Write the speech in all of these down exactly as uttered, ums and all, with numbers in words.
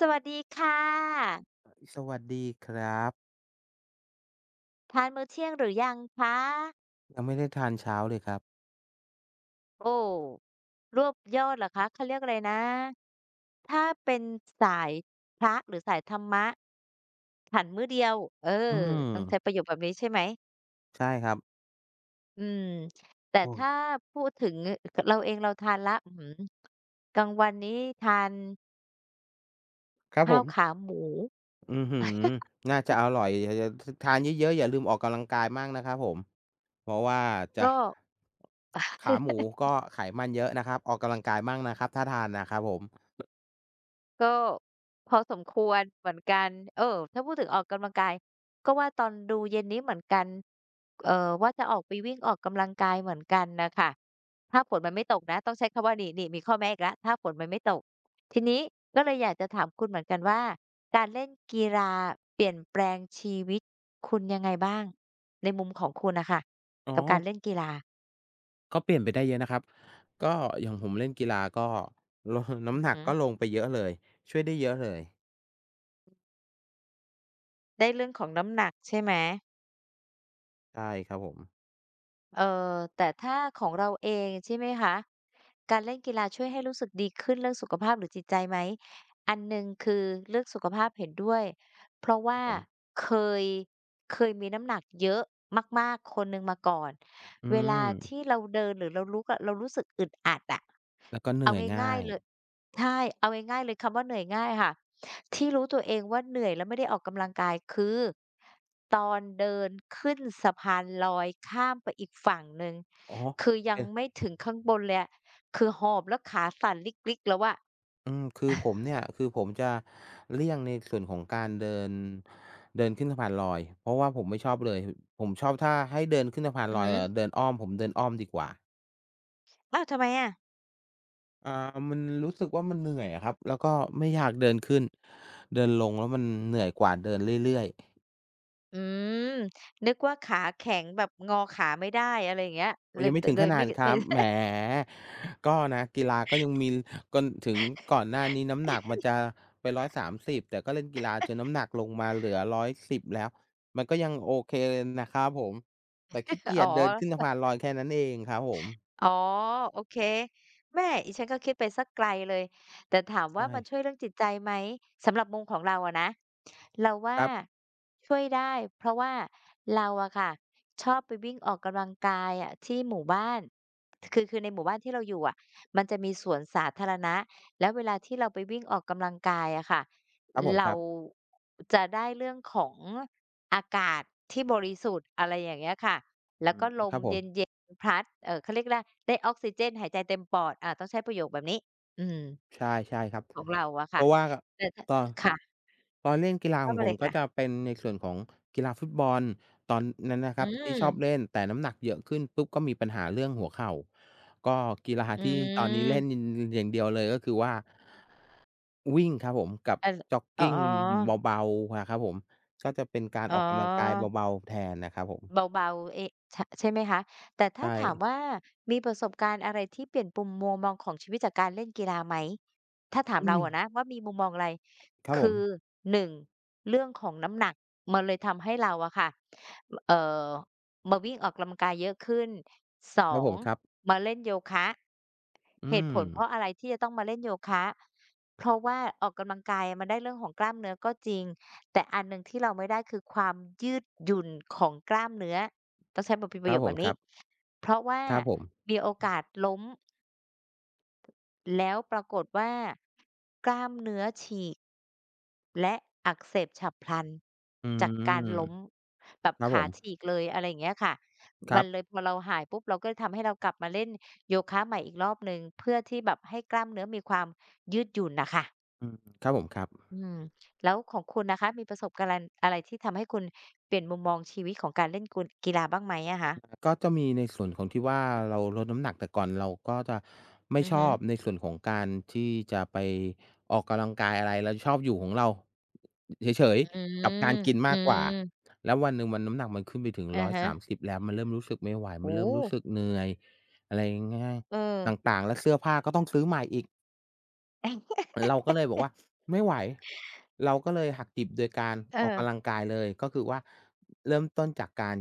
สวัสดีค่ะสวัสดีครับทานมื้อเที่ยงหรือยังคะยังไม่ได้ทานเช้าเลยครับโอ้รวบยอดเหรอคะเขาเรียกอะไรนะถ้าเป็นสายพระหรือสายธรรมะฉันมื้อเดียวเอออืมต้องใช้ประโยคแบบนี้ใช่ไหมใช่ครับอืมแต่โอ้ถ้าพูดถึงกเราเองเราทานแล้วอื้อฮือกลางวันนี้ทานครับผข้าวมขาหมูอื้อฮือน่าจะอร่อยอย่าอย่าททานเยอะๆอย่าลืมออกกำลังกายมากนะครับผมเพราะว่าจะก็ ขาหมูก็ไขมันเยอะนะครับออกกำลังกายมั่งนะครับถ้าทานนะครับผมก็พอสมควรเหมือนกันเออถ้าพูดถึงออกกำลังกายก็ว่าตอนดูเย็นนี้เหมือนกันเอ่อว่าจะออกไปวิ่งออกกำลังกายเหมือนกันน่ะค่ะถ้าฝนมันไม่ตกนะต้องใช้คำว่านี่นี่มีข้อแม้อีกแล้วถ้าฝนมันไม่ตกทีนี้ก็เลยอยากจะถามคุณเหมือนกันว่าการเล่นกีฬาเปลี่ยนแปลงชีวิตคุณยังไงบ้างในมุมของคุณน่ะค่ะอ๋อกับการเล่นกีฬาก็เปลี่ยนไปได้เยอะนะครับก็อย่างผมเล่นกีฬาก็ลอืน้ำอหนักฮึก็ลงไปเยอะเลยช่วยได้เยอะเลยได้เรื่องของน้ำหนักใช่ไหม ใช่ครับผมเอ่อแต่ถ้าของเราเองใช่ไหมคะการเล่นกีฬาช่วยให้รู้สึกดีขึ้นเรื่องสุขภาพหรือจิตใจไหมอันหนึ่งคือเรื่องสุขภาพเห็นด้วยเพราะคว่ารับผมเคยเคยมีน้ำหนักเยอะมากๆคนหนึ่งมาก่อนอืเวลามที่เราเดินหรือเราลุกอะเรารู้สึกอึดอัดอะแล้วก็เหเอานื่อยง่าง่ายยๆเลยใช่เอาง่ายๆเลยคำว่าเหนื่อยง่ายค่ะ ที่รู้ตัวเองว่าเหนื่อยแล้วไม่ได้ออกกำลังกายคือตอนเดินขึ้นสะพานลอยข้ามไปอีกฝั่งหนึ่งอ๋อคือยังเป็น ไม่ถึงข้างบนเลยอะคือหอบแล้วขาสั่นลิกๆแล้วอะอืมคือผมเนี่ยคือผมจะเลี่ยงในส่วนของการเดินเดินขึ้นสะพานลอยเพราะว่าผมไม่ชอบเลยผมชอบถ้าให้เดินขึ้นสะพานอืลออยฮึเอ่อเดินอ้อมผมเดินอ้อมดีกว่าอ้าวทำไมอะอ่ามันรู้สึกว่ามันเหนื่อยอะครับแล้วก็ไม่อยากเดินขึ้นเดินลงแล้วมันเหนื่อยกว่าเดินเรื่อยๆ อืมนึกว่าขาแข็งแบบงอขาไม่ได้อะไรอย่างเงี้ยโอ้เลยยังตไม่ถึงเลขยนาไม่ดคไม่ รับแหม ก็นะกีฬาก็ยังมีกนถึงก่อนหน้านี้น้ำหนักมันจะไปร้อยสามสิบแต่ก็เล่นกีฬาจนน้ำหนักลงมาเหลือร้อยสิบแล้วมันก็ยังโอเคเลยนะครับผมแต่ขี้เกีอ๋ยจเดินขึ้นอ สะพานลอยแค่นั้นเองครับผมอ๋อโอเคแม่อีฉันก็คิดไปสักไกลเลยแต่ถามว่าใช่มันช่วยเรื่องจิตใจไหมสำหรับมุมของเราอะนะเราว่าครับช่วยได้เพราะว่าเราอะค่ะชอบไปวิ่งออกกำลังกายอะที่หมู่บ้านคือคือในหมู่บ้านที่เราอยู่อะมันจะมีสวนสาธารณะแล้วเวลาที่เราไปวิ่งออกกำลังกายอะค่ะครับผมคเรารับจะได้เรื่องของอากาศที่บริสุทธิ์อะไรอย่างเงี้ยค่ะ แล้อืวมก็ลคมรับผเมย็นๆพัดเอ่อเขาเรียกได้ได้ออกซิเจนหายใจเต็มปอดอ่าต้องใช้ประโยคแบบนี้อืมใช่ใช่ครับ ของเราอะเพค่ะราะว่าแต่ถ้าตอเอ่นอค่ะตอนเล่นกีฬาขว่าองมาผเลมยก็จะค่ะเป็นในส่วนของกีฬาฟุตบอลตอนนั้นนะคอืรับที่ชอบมเล่นแต่น้ำหนักเยอะขึ้นปุ๊บก็มีปัญหาเรื่องหัวเข่าก็กีฬาอืที่ตอนนี้มเล่นอย่างเดียวเลยก็คือว่าวิ่งครับผมกับเออจ็อกอ๋กิงอเบาๆอะครับผมก็จะเป็นการอ๋อ ออกกำลังกายเบาๆแทนนะครับผมเบาๆเอะชใช่ไหมคะ แต่ถ้าใช่ถามว่ามีประสบการณ์อะไรที่เปลี่ยนปุ่มมุมมองของชีวิตจากการเล่นกีฬาไหม ถ้าถามอืเรามอะนะว่ามีมุมมองอะไร ครับผคืมอหนึ่งเรื่องของน้ำหนักมันเลยทำให้เราอะค่ะเอ่อมาวิ่งออกกำลังกายเยอะขึ้น สคอรับผงมครับมาเล่นโยคะเหอืตุผมลเพราะอะไรที่จะต้องมาเล่นโยคะเพราะว่าออกกำลังกายมันได้เรื่องของกล้ามเนื้อก็จริง แต่อันหนึ่งที่เราไม่ได้คือความยืดหยุ่นของกล้ามเนื้อต้องใช้แบบเป็นปคระรัโยบคผแบมบคนี้รับเพราะว่าครับผมมีโอกาสล้มแล้วปรากฏว่ากล้ามเนื้อฉีกและอักเสบฉับพลันอืจากการมล้มแบบครับผขามฉีกเลยอะไรอย่างเงี้ยค่ะคมัรันบ เลยพอเราหายปุ๊บเราก็เลยทำให้เรากลับมาเล่นโยคะใหม่อีกรอบหนึ่งเพื่อที่แบบให้กล้ามเนื้อมีความยืดหยุ่นน่ะค่ะ อืมครับผมครับอืมแล้วของคุณนะคะมีประสบการณ์อะไรที่ทำให้คุณเปลี่ยนมุมมองชีวิตของการเล่นกุนกีฬาบ้างไหมอะคะก็จะมีในส่วนของที่ว่าเราลดน้ำหนักแต่ก่อนเราก็จะไม่อือชฮึอบในส่วนของการที่จะไปออกกำลังกายอะไรเราชอบอยู่ของเราเฉยอืๆมกับการกินอืมากกว่ามแล้ววันหนึ่งมันน้ำหนักมันขึ้นไปถึงอะร้อยฮะสามสิบแล้วมันเริ่มรู้สึกไม่ไหวมันโอ้เริ่โฮมรู้สึกเหนื่อยอะไรง่ายเออๆต่างๆแล้วเสื้อผ้าก็ต้องซื้อใหม่อีก เเราก็เลยบอกว่าไม่ไหวเราก็เลยหักดิบโดยการอออกอกำลังกายเลยก็คือว่าเริ่มต้นจากการ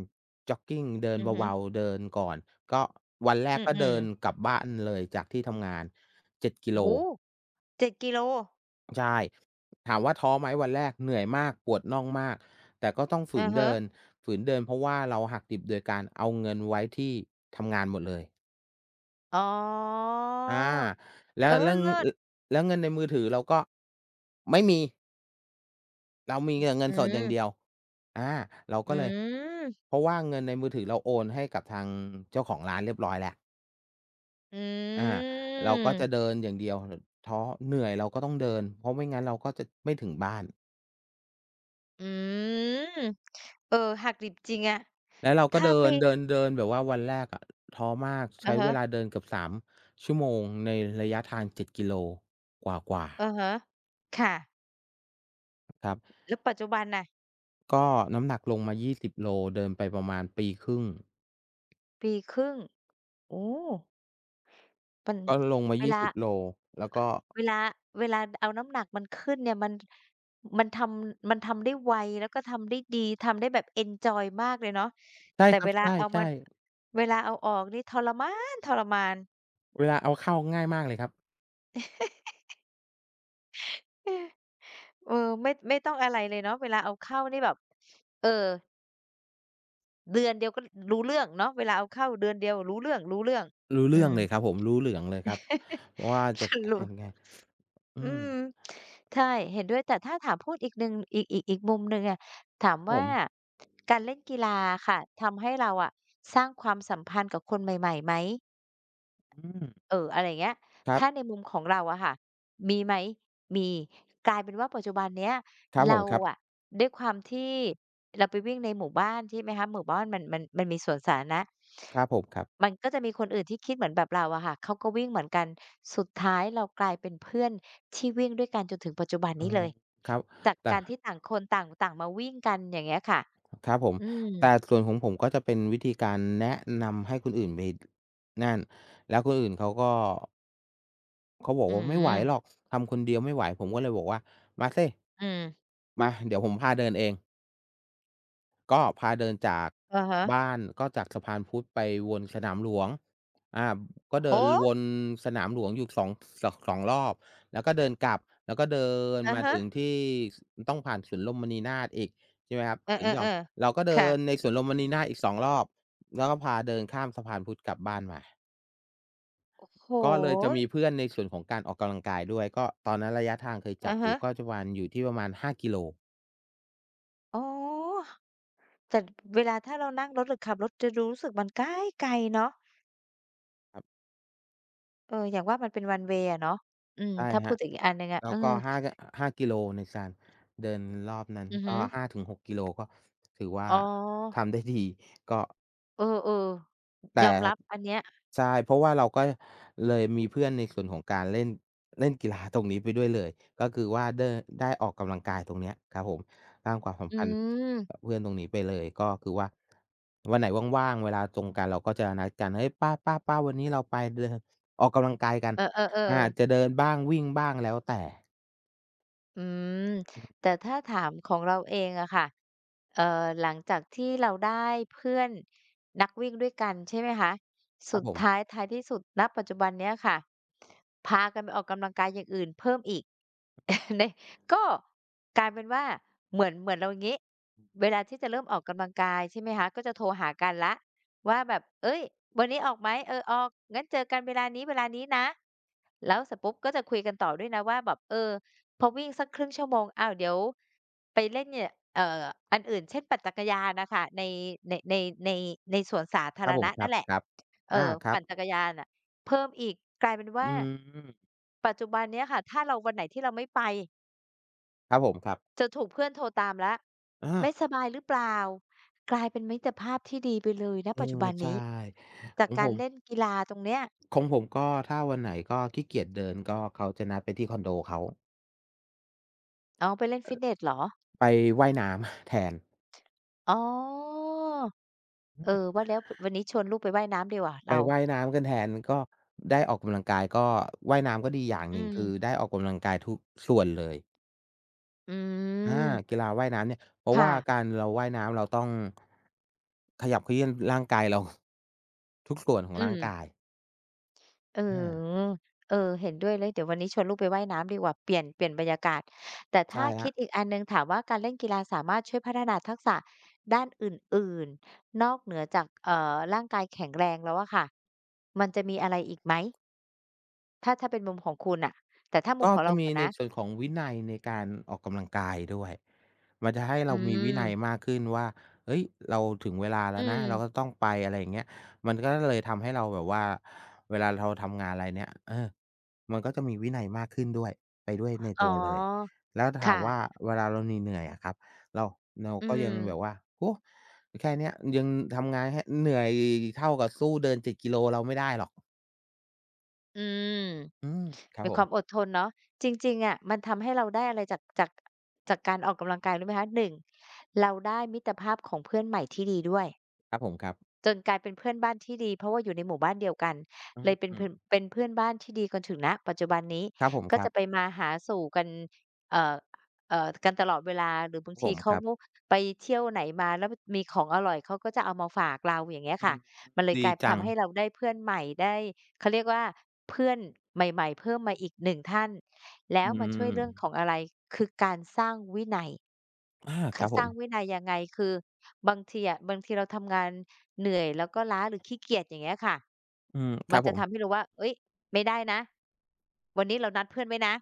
จ็อกกิงเดินอือฮึเบาๆเดินก่อนก็วันแรอืกก็เดิมนๆกลับบ้านเลยจากที่ทำงานเจ็ดกิโลโอ้โฮเจ็ดกิโลใช่ถามว่าท้อไหมวันแรกเหนื่อยมากปวดน่องมากแต่ก็ต้องฝือะนฮะเดินฝืนเดินเพราะว่าเราหักดิบโดยการเอาเงินไว้ที่ทำงานหมดเลยอ๋ออาแล้เอวอแล้วเลิอศแล้วเงินในมือถือเราก็ไม่มี เรามีแต่เงิอืนสดอย่างมเดียวอาเราอืก็เลย มเพราะว่าเงินในมือถือเราโอนให้กับทางเจ้าของร้านเรียบร้อยแล้วอือาเราก็จะมเดินอย่างเดียวหท้อเหนื่อยเราก็ต้องเดินเพราะไม่งั้นเราก็จะไม่ถึงบ้าน อืมเออหักดิบจริงอะแล้วเราก็ถ้าเดิไม่นเดินเดินแบบว่าวันแรกอะท้อมากอะใช้เวฮะลาเดินเกือบสามชั่วโมงในระยะทางเจ็ดกิโลกว่าอะฮะค่ะๆครับแล้วปัจจุบันน่ะ ก็น้ำหนักลงมายี่สิบโลเดินไปประมาณปีครึ่งปีครึ่งโอ้มันก็ลงมาเวยี่ลาสิบโลแล้วเอ่อก็เวลาเวลาเอาน้ำหนักมันขึ้นเนี่ยมันมันทำมันทำได้ไวแล้วก็ทำได้ดีทำได้แบบเอนจอยมากเลยเนาะใช่แต่ครัเวบลาใเอามาช่ๆ เวลาเอาออกนี่ทรมานทรมาน เวลาเอาเข้าง่ายมากเลยครับ เออเออไม่ไม่ต้องอะไรเลยเนาะเวลาเอาเข้านี่แบบเออเดือนเดียวก็รู้เรื่องเนาะเวลาเอาเข้าเดือนเดียวรู้เรื่องๆองรู้อืเรื่องม เลยครับผมรู้เหลืองเลยครับว่า สจะ รุยังป ไงอือืมมใช่เห็นด้วยแต่ถ้าถามพูดอีกหนึ่งอีกอีกอีกมุมหนึ่งอะถามครับผว่ามการเล่นกีฬาค่ะทำให้เราอะสร้างความสัมพันธ์กับคนใหม่ๆไหม อืมเอออะไรอย่างเงี้ยครัถ้าในบมุมของเราอะค่ะมีไหมมีกลายเป็นว่าปัจจุบันเนี้ยครับผเรามครับอะด้วยความที่เราไปวิ่งในหมู่บ้านใช่ไหมคะหมู่บ้านมันมันมันมีสวนสาธารณะครับผมครับมันก็จะมีคนอื่นที่คิดเหมือนแบบเราอะค่ะเขาก็วิ่งเหมือนกันสุดท้ายเรากลายเป็นเพื่อนที่วิ่งด้วยกันจนถึงปัจจุบันอืนี้มเลยครับจากแต่การที่ต่างคนต่างต่างมาวิ่งกันอย่างเงี้ยค่ะครับผมอืมแต่ส่วนของผมก็จะเป็นวิธีการแนะนำให้คนอื่นไปนั่นแล้วคนอื่นเขาก็เขาบอกอืว่าไม่มไหวหรอกทำคนเดียวไม่ไหวผมก็เลยบอกว่ามาสิอืมมาเดี๋ยวผมพาเดินเอง ก็พาเดินจากอะฮะบ้านก็จากสะพานพุทธไปวนสนามหลวงอาก็โอ้เดินโฮวนสนามหลวงอยู่สองสสองรอบแล้วก็เดินกลับแล้วก็เดินอะมาฮะถึงที่สต้องผ่านสวนลมมณีนาถอีกใช่ไหมครับเอสวนหย่อมอๆเราก็ๆเดิค่ะ นในสวนลมมณีนาถอีกสองรอบแล้วก็พาเดินข้ามสะพานพุทธกลับบ้านมาโอ้โฮก็เลยจะมีเพื่อนในส่วนของการออกกำลังกายด้วยก็ตอนนั้นระยะทางเคยจัอะบอฮะยู่ก็จะวันอยู่ที่ประมาณห้ากิโลอ๋อแต่เวลาถ้าเรานั่งรถหรือขับรถจะรู้สึกมันไกลๆเนาะครับเอออย่างว่ามันเป็น one way อะเนาะอืมใช่ถ้าคพูรัดบ ถึงอีกอันหนึ่งอะแล้เอวอก็5กห้ากิโลในการเดินรอบนั้นอือก็ฮึ5-6กกิโลก็ถือว่าอ๋อทำได้ดีก็เออแต่ๆยอมรับอันเนี้ยใช่เพราะว่าเราก็เลยมีเพื่อนในส่วนของการเล่นเล่นกีฬาตรงนี้ไปด้วยเลยก็คือว่าเด้อได้ออกกำลังกายตรงเนี้ยครับผมสร้างความสัมอืพันธ์มกับเพื่อนตรงนี้ไปเลยก็คือว่าวันไหนว่างๆเวลาตรงกันเราก็จะนัดกันเฮ้ยป้าๆๆวันนี้เราไปเดินออกกำลังกายกันเอออาๆจะๆ เดินบ้างวิ่งบ้างแล้วแต่อืมแต่ถ้าถามของเราเองอะค่ะเอ่อหลังจากที่เราได้เพื่อนนักวิ่งด้วยกันใช่ไหมคะคสุรับดผท้ายม ท้ายที่สุดณปัจจุบันเนี้ยค่ะพากันไปออกกำลังกายอย่างอื่นเพิ่มอีก ในก็กลายเป็นว่าเหมือนเหมือนเราอย่างงี้เวลาที่จะเริ่มออกกำลังกายใช่ไหมคะก็จะโทรหากันแล้วว่าแบบเอ้ยวันนี้ออกไหมเออออกงั้นเจอกันเวลานี้เวลานี้นะแล้วเสร็จปุ๊บก็จะคุยกันต่อด้วยนะว่าแบบเออ พอวิ่งสักครึ่งชั่วโมงอ้าวเดี๋ยวไปเล่นเนี่ยเอ่ออันอื่นเช่นปั่นจักรยานน่ะค่ะในในในในในสวนสาธาครรับผมณะครนั่นแหละับๆเอ่อาอครับปั่นจักรยานน่ะเพิ่มอีกกลายเป็นอืว่ามปัจจุบันเนี้ยค่ะถ้าเราวันไหนที่เราไม่ไปครับผมครับจะถูกเพื่อนโทรตามแล้วอาไม่สบายหรือเปล่ากลายเป็นมิตรภาพที่ดีไปเลยณเออปัจจุบันใช่นี้ขจาอกงผการมเล่นกีฬาตรงเนี้ยของผมก็ถ้าวันไหนก็ขี้เกียจเดินก็เขาจะนัดไปที่คอนโดเขาอ๋อไปเล่นเอ่ฟิตอเนสเหรอไปว่ายน้ำ แทนอ๋อเออว่าแล้วววันนี้ชวนลูกไปว่ายน้ำดีกว่าไปเราว่ายน้ำกันแทนก็ได้ออกกำลังกายก็ว่ายน้ำก็ดีอย่างอืหนึ่งคือม ได้ออกกำลังกายทุกส่วนเลยอือามกีฬาว่ายน้ำเนี่ยเพราะว่าค่ะการเราว่ายน้ำเราต้องขยับเขยื้อนร่างกายเรา ทุกส่วนของอืร่ามงกายเอาออเออเห็นด้วยเลยเดี๋ยววันนี้ชวนลูกไปว่ายน้ำดีกว่าเปลี่ยนเปลี่ยนบรรยากาศแต่ถ้าใช่ครัคิดบ อีกอันหนึ่งถามว่าการเล่นกีฬาสามารถช่วยพัฒนาทักษะด้านอื่นๆนอกเหนือจากเอ่อร่างกายแข็งแรงแล้วอะค่ะมันจะมีอะไรอีกไหมถ้าถ้าเป็นมุมของคุณน่ะแต่ถ้ามุมก็ของจะเราก่มีอนในนะส่วนของวินัยในการออกกำลังกายด้วยมันจะให้อืเรามีวินัยมมากขึ้นว่า เฮ้ย เราถึงเวลาอืแล้วนะ มเราก็ต้องไปอะไรอย่างเงี้ยมันก็เลยทำให้เราแบบว่า เวลาเราทำงานอะไรเนี่ยเออมันก็จะมีวินัยมากขึ้นด้วยไปด้วยในอ๋ตัวเลย อแล้วถามค่ะว่าเวลาเราเหนื่อยๆอะครับเราเราอืก็ยัมงแบบว่าโอ้แค่เนี้ยยังทำงานแค่เหนื่อยเท่ากับสู้เดินเจ็ดกิโลเราไม่ได้หรอกอืม อืมครับมีผคมวามอดทนเนาะจริงๆอะมันทำให้เราได้อะไรจากจากจากการออกกำลังกายรู้ไหมคะหนึ่งเราได้มิตรภาพของเพื่อนใหม่ที่ดีด้วย ครับผมครับจนกลายเป็นเพื่อนบ้านที่ดีเพราะว่าอยู่ในหมู่บ้านเดียวกันอืเลยเป็นเพื่มอนเป็นเพื่อนบ้านที่ดีจนถึงณปัจจุบันนี้ครับผมก็ครัจะไปบ มาหาสู่กันเอ่อเอ่อกันตลอดเวลาหรือครับางบผทีมเขาครับไปเที่ยวไหนมาแล้วมีของอร่อยเขาก็จะเอามาฝากเราอย่างเงี้ยอืค่ะมมันเลยกดีลายจังทำให้เราได้เพื่อนใหม่ได้เขาเรียกว่าเพื่อนใหม่ๆเพิ่มมาอีกหนึ่งท่านแล้วอืมันช่วยมเรื่องของอะไรคือการสร้างวินัย อาขครับสผร้ามงวินัยยังไงคือบางทีอะบางทีเราทำงานเหนื่อยแล้วก็ล้าหรือขี้เกียจอย่างเงี้ยค่ะอืมคมัรันบผจะทำให้มรู้ว่าเฮ้ยไม่ได้นะวันนี้เรานัดเพื่อนไว้นะ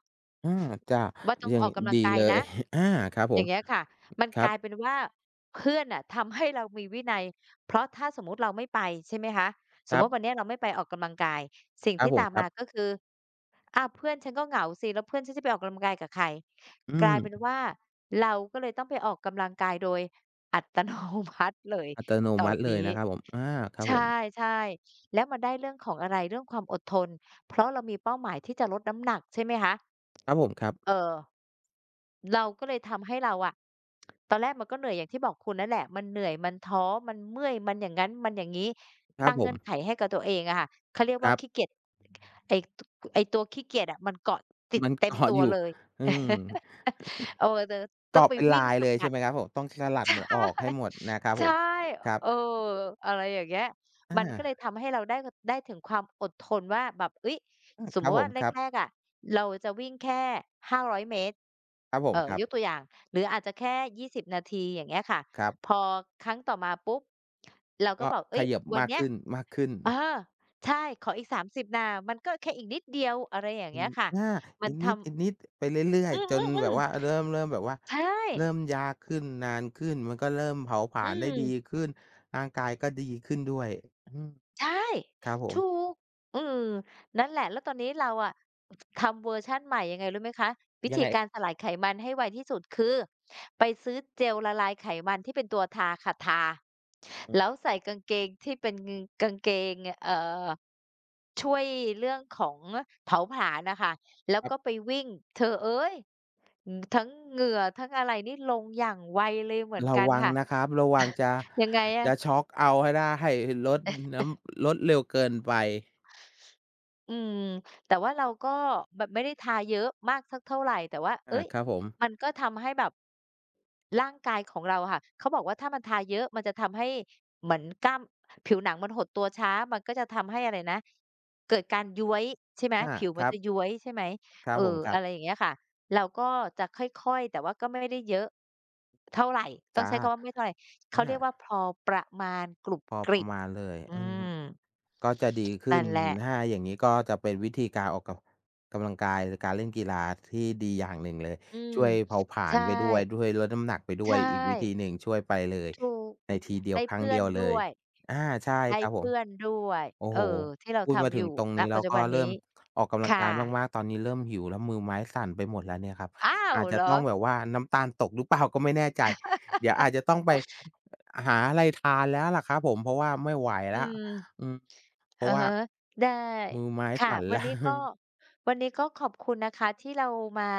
อาจ้ะว่าต้อองย่าองอกกำลัดีงกายเลนะย อาครับผอย่ามงเงี้ยค่ะมันครักบลายเป็นว่าเพื่อนน่ะทำให้เรามีวินัยเพราะถ้าสมมุติเราไม่ไปใช่ไหมคะสคมรัมุติวันบเนี้ยเราไม่ไปออกกำลังกายสิ่งครับที่ผมตามครัมาบก็คืออ้าวเพื่อนฉันก็เหงาสิแล้วเพื่อนฉันจะไปออกกำลังกายกับใครอืกลายเป็นมว่าเราก็เลยต้องไปออกกำลังกายโดยอัตโนมัติเลยอัตโนตอมันติเลยนี้นะครับผมอาครัใบผมช่ๆแล้วมันได้เรื่องของอะไรเรื่องความอดทนเพราะเรามีเป้าหมายที่จะลดน้ำหนักใช่ไหมคะ ครับผมครับเออเราก็เลยทำให้เราอะตอนแรกมันก็เหนื่อยอย่างที่บอกคุณนั่นแหละมันเหนื่อยมันท้อมันเมื่อยมันอย่างงั้นมันอย่างงี้ครับตั้งผเงื่มอนไขให้กับตัวเองอะค่ะเขาเรียกคว่ารับขี้เกียจไอ้ตไอ้ตัวขี้เกียจอะมันเกาะติดมันเต็มเกาะตัวอยู่เลย อืม เออเดอต้องเกาะไปเป็นวิ่งลายสะเลยบัใช่ด ไหม ครับผมต้องสลัดใช่ มันออกให้หมดนะครับผใช่ มครับเออ อะไรอย่างเงี้ยอามันก็เลยทำให้เราได้ได้ถึงความอดทนว่าแบบเฮ้ยอาสมคมุรับติผว่ามแครับรกๆอะเราจะวิ่งแค่ห้าร้อยเมตร ครับผเอ่มอครัยกตับวอย่าง หรืออาจจะแค่ยี่สิบนาทีอย่างเงี้ยค่ะ ครัพบอครั้งต่อมาปุ๊บ เราก็ก็บอกเขเฮ้ยยิบวันมากเนี้ขยึ้นๆ เออใช่ ขออีกสามสิบนะมันก็แค่อีกนิดเดียวอะไรอย่างอืเงี้นยค่ะ อามัอีนกนิทำดอีกนิดไปเรื่อยอืๆจนแบอบว่าเริ่มเริ่มแบๆบว่าๆใช่เริ่มยากขึ้นนานขึ้นมันก็เริ่มเผาผลาอืญได้ดีม ขึ้นร่างกายก็ดีขึ้นด้วยอืมใช่ครับผมถูกอืมนั่นแหละแล้วตอนนี้เราอะทำเวอร์ชันใหม่ยังไงรู้ไหมคะวิยังธีไงการสลายไขมันให้ไวที่สุดคือไปซื้อเจลละลายไขมันที่เป็นตัวทาค่ะทาอืแล้วอใส่กางเกงที่เป็นงกางเกงเอ่อช่วยเรื่องของเผาผลาญน่ะค่ะแล้วครัก็ไปบวิ่งเธอเอ๊ยอือทั้งเหงื่อทั้งอะไรนี่ลงอย่างไวเลยเหมือนระกันวังค่ะ นะครับระวังจะ ยังไงอะ จะช็อกเอาให้ได้ลดน้ำลดเร็วเกินไปอืมแต่ว่าเราก็แบบไม่ได้ทาเยอะมากสักเท่าไรแต่ว่าเอ๊อายครับผมมันก็ทำให้แบบร่างกายของเราอะค่ะเขาบอกว่าถ้ามันทาเยอะมันจะทำให้เหมือนกล้ามผิวหนังมันหดตัวช้ามันก็จะทำให้อะไรนะเกิดการย้วยใช่ไหมอาผิวคมันรับจะย้วยใช่ไหมครัเอบผอมครับอะไรอย่างเงี้ยค่ะเราก็จะค่อยๆแต่ว่าก็ไม่ได้เยอะเท่าไรต้องจ้ะใช้คำว่าไม่เท่าไรเขาอาเรียกว่าพอประมาณกรุบพอกปริระบมาณเลยอือืม มก็จะดีขึ้นั่นนแหละ ถ้าอย่างงี้ก็จะเป็นวิธีการออกกำกำลังกายการเล่นกีฬาที่ดีอย่างหนึ่งเลยอืมช่วยเผาผลาญใช่ไปด้วยด้วยลดน้ำหนักไปด้วยใช่อีกวิธีหนึ่งช่วยไปเลยถูกในทีเดียวได้ครั้งเพื่อเดีนยวเลด้ยวยอาใช่ได้ครับผมเพื่อนด้วยโอ้เอโฮอที่เราพูดมาทำอถึงยู่ตรงณนี้ปัแล้จวจุก็บันเริ่นี้มออกกำลังกาค่ะยมากๆตอนนี้เริ่มหิวแล้วมือไม้สั่นไปหมดแล้วเนี่ยครับอ้าวอาจเหจะรอต้องแบบว่าน้ำตาลตกหรือเปล่าก็ไม่แน่ใจเดี๋ยวอาจจะต้องไปหาอะไรทานแล้วล่ะครับผมเพราะว่าไม่ไหวอืแล้วมอืม เพอะราะว่าฮะได้มือไม้ค่ะสั่นวันแล้ว นี้ก็ วันนี้ก็ขอบคุณนะคะที่เรามา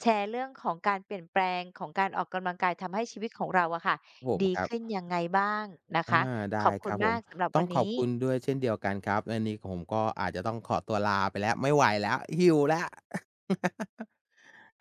แชร์เรื่องของการเปลี่ยนแปลงของการออกกำลังกายทำให้ชีวิตของเราอะค่ะผมดีครับขึ้นยังไงบ้างนะอาคะขได้อบคคุณรับผมามกสำหรับต้อวังนขอบนี้คุณด้วยเช่นเดียวกันครับวันนี้ผมก็อาจจะต้องขอตัวลาไปแล้วไม่ไหวแล้วหิวแล้ว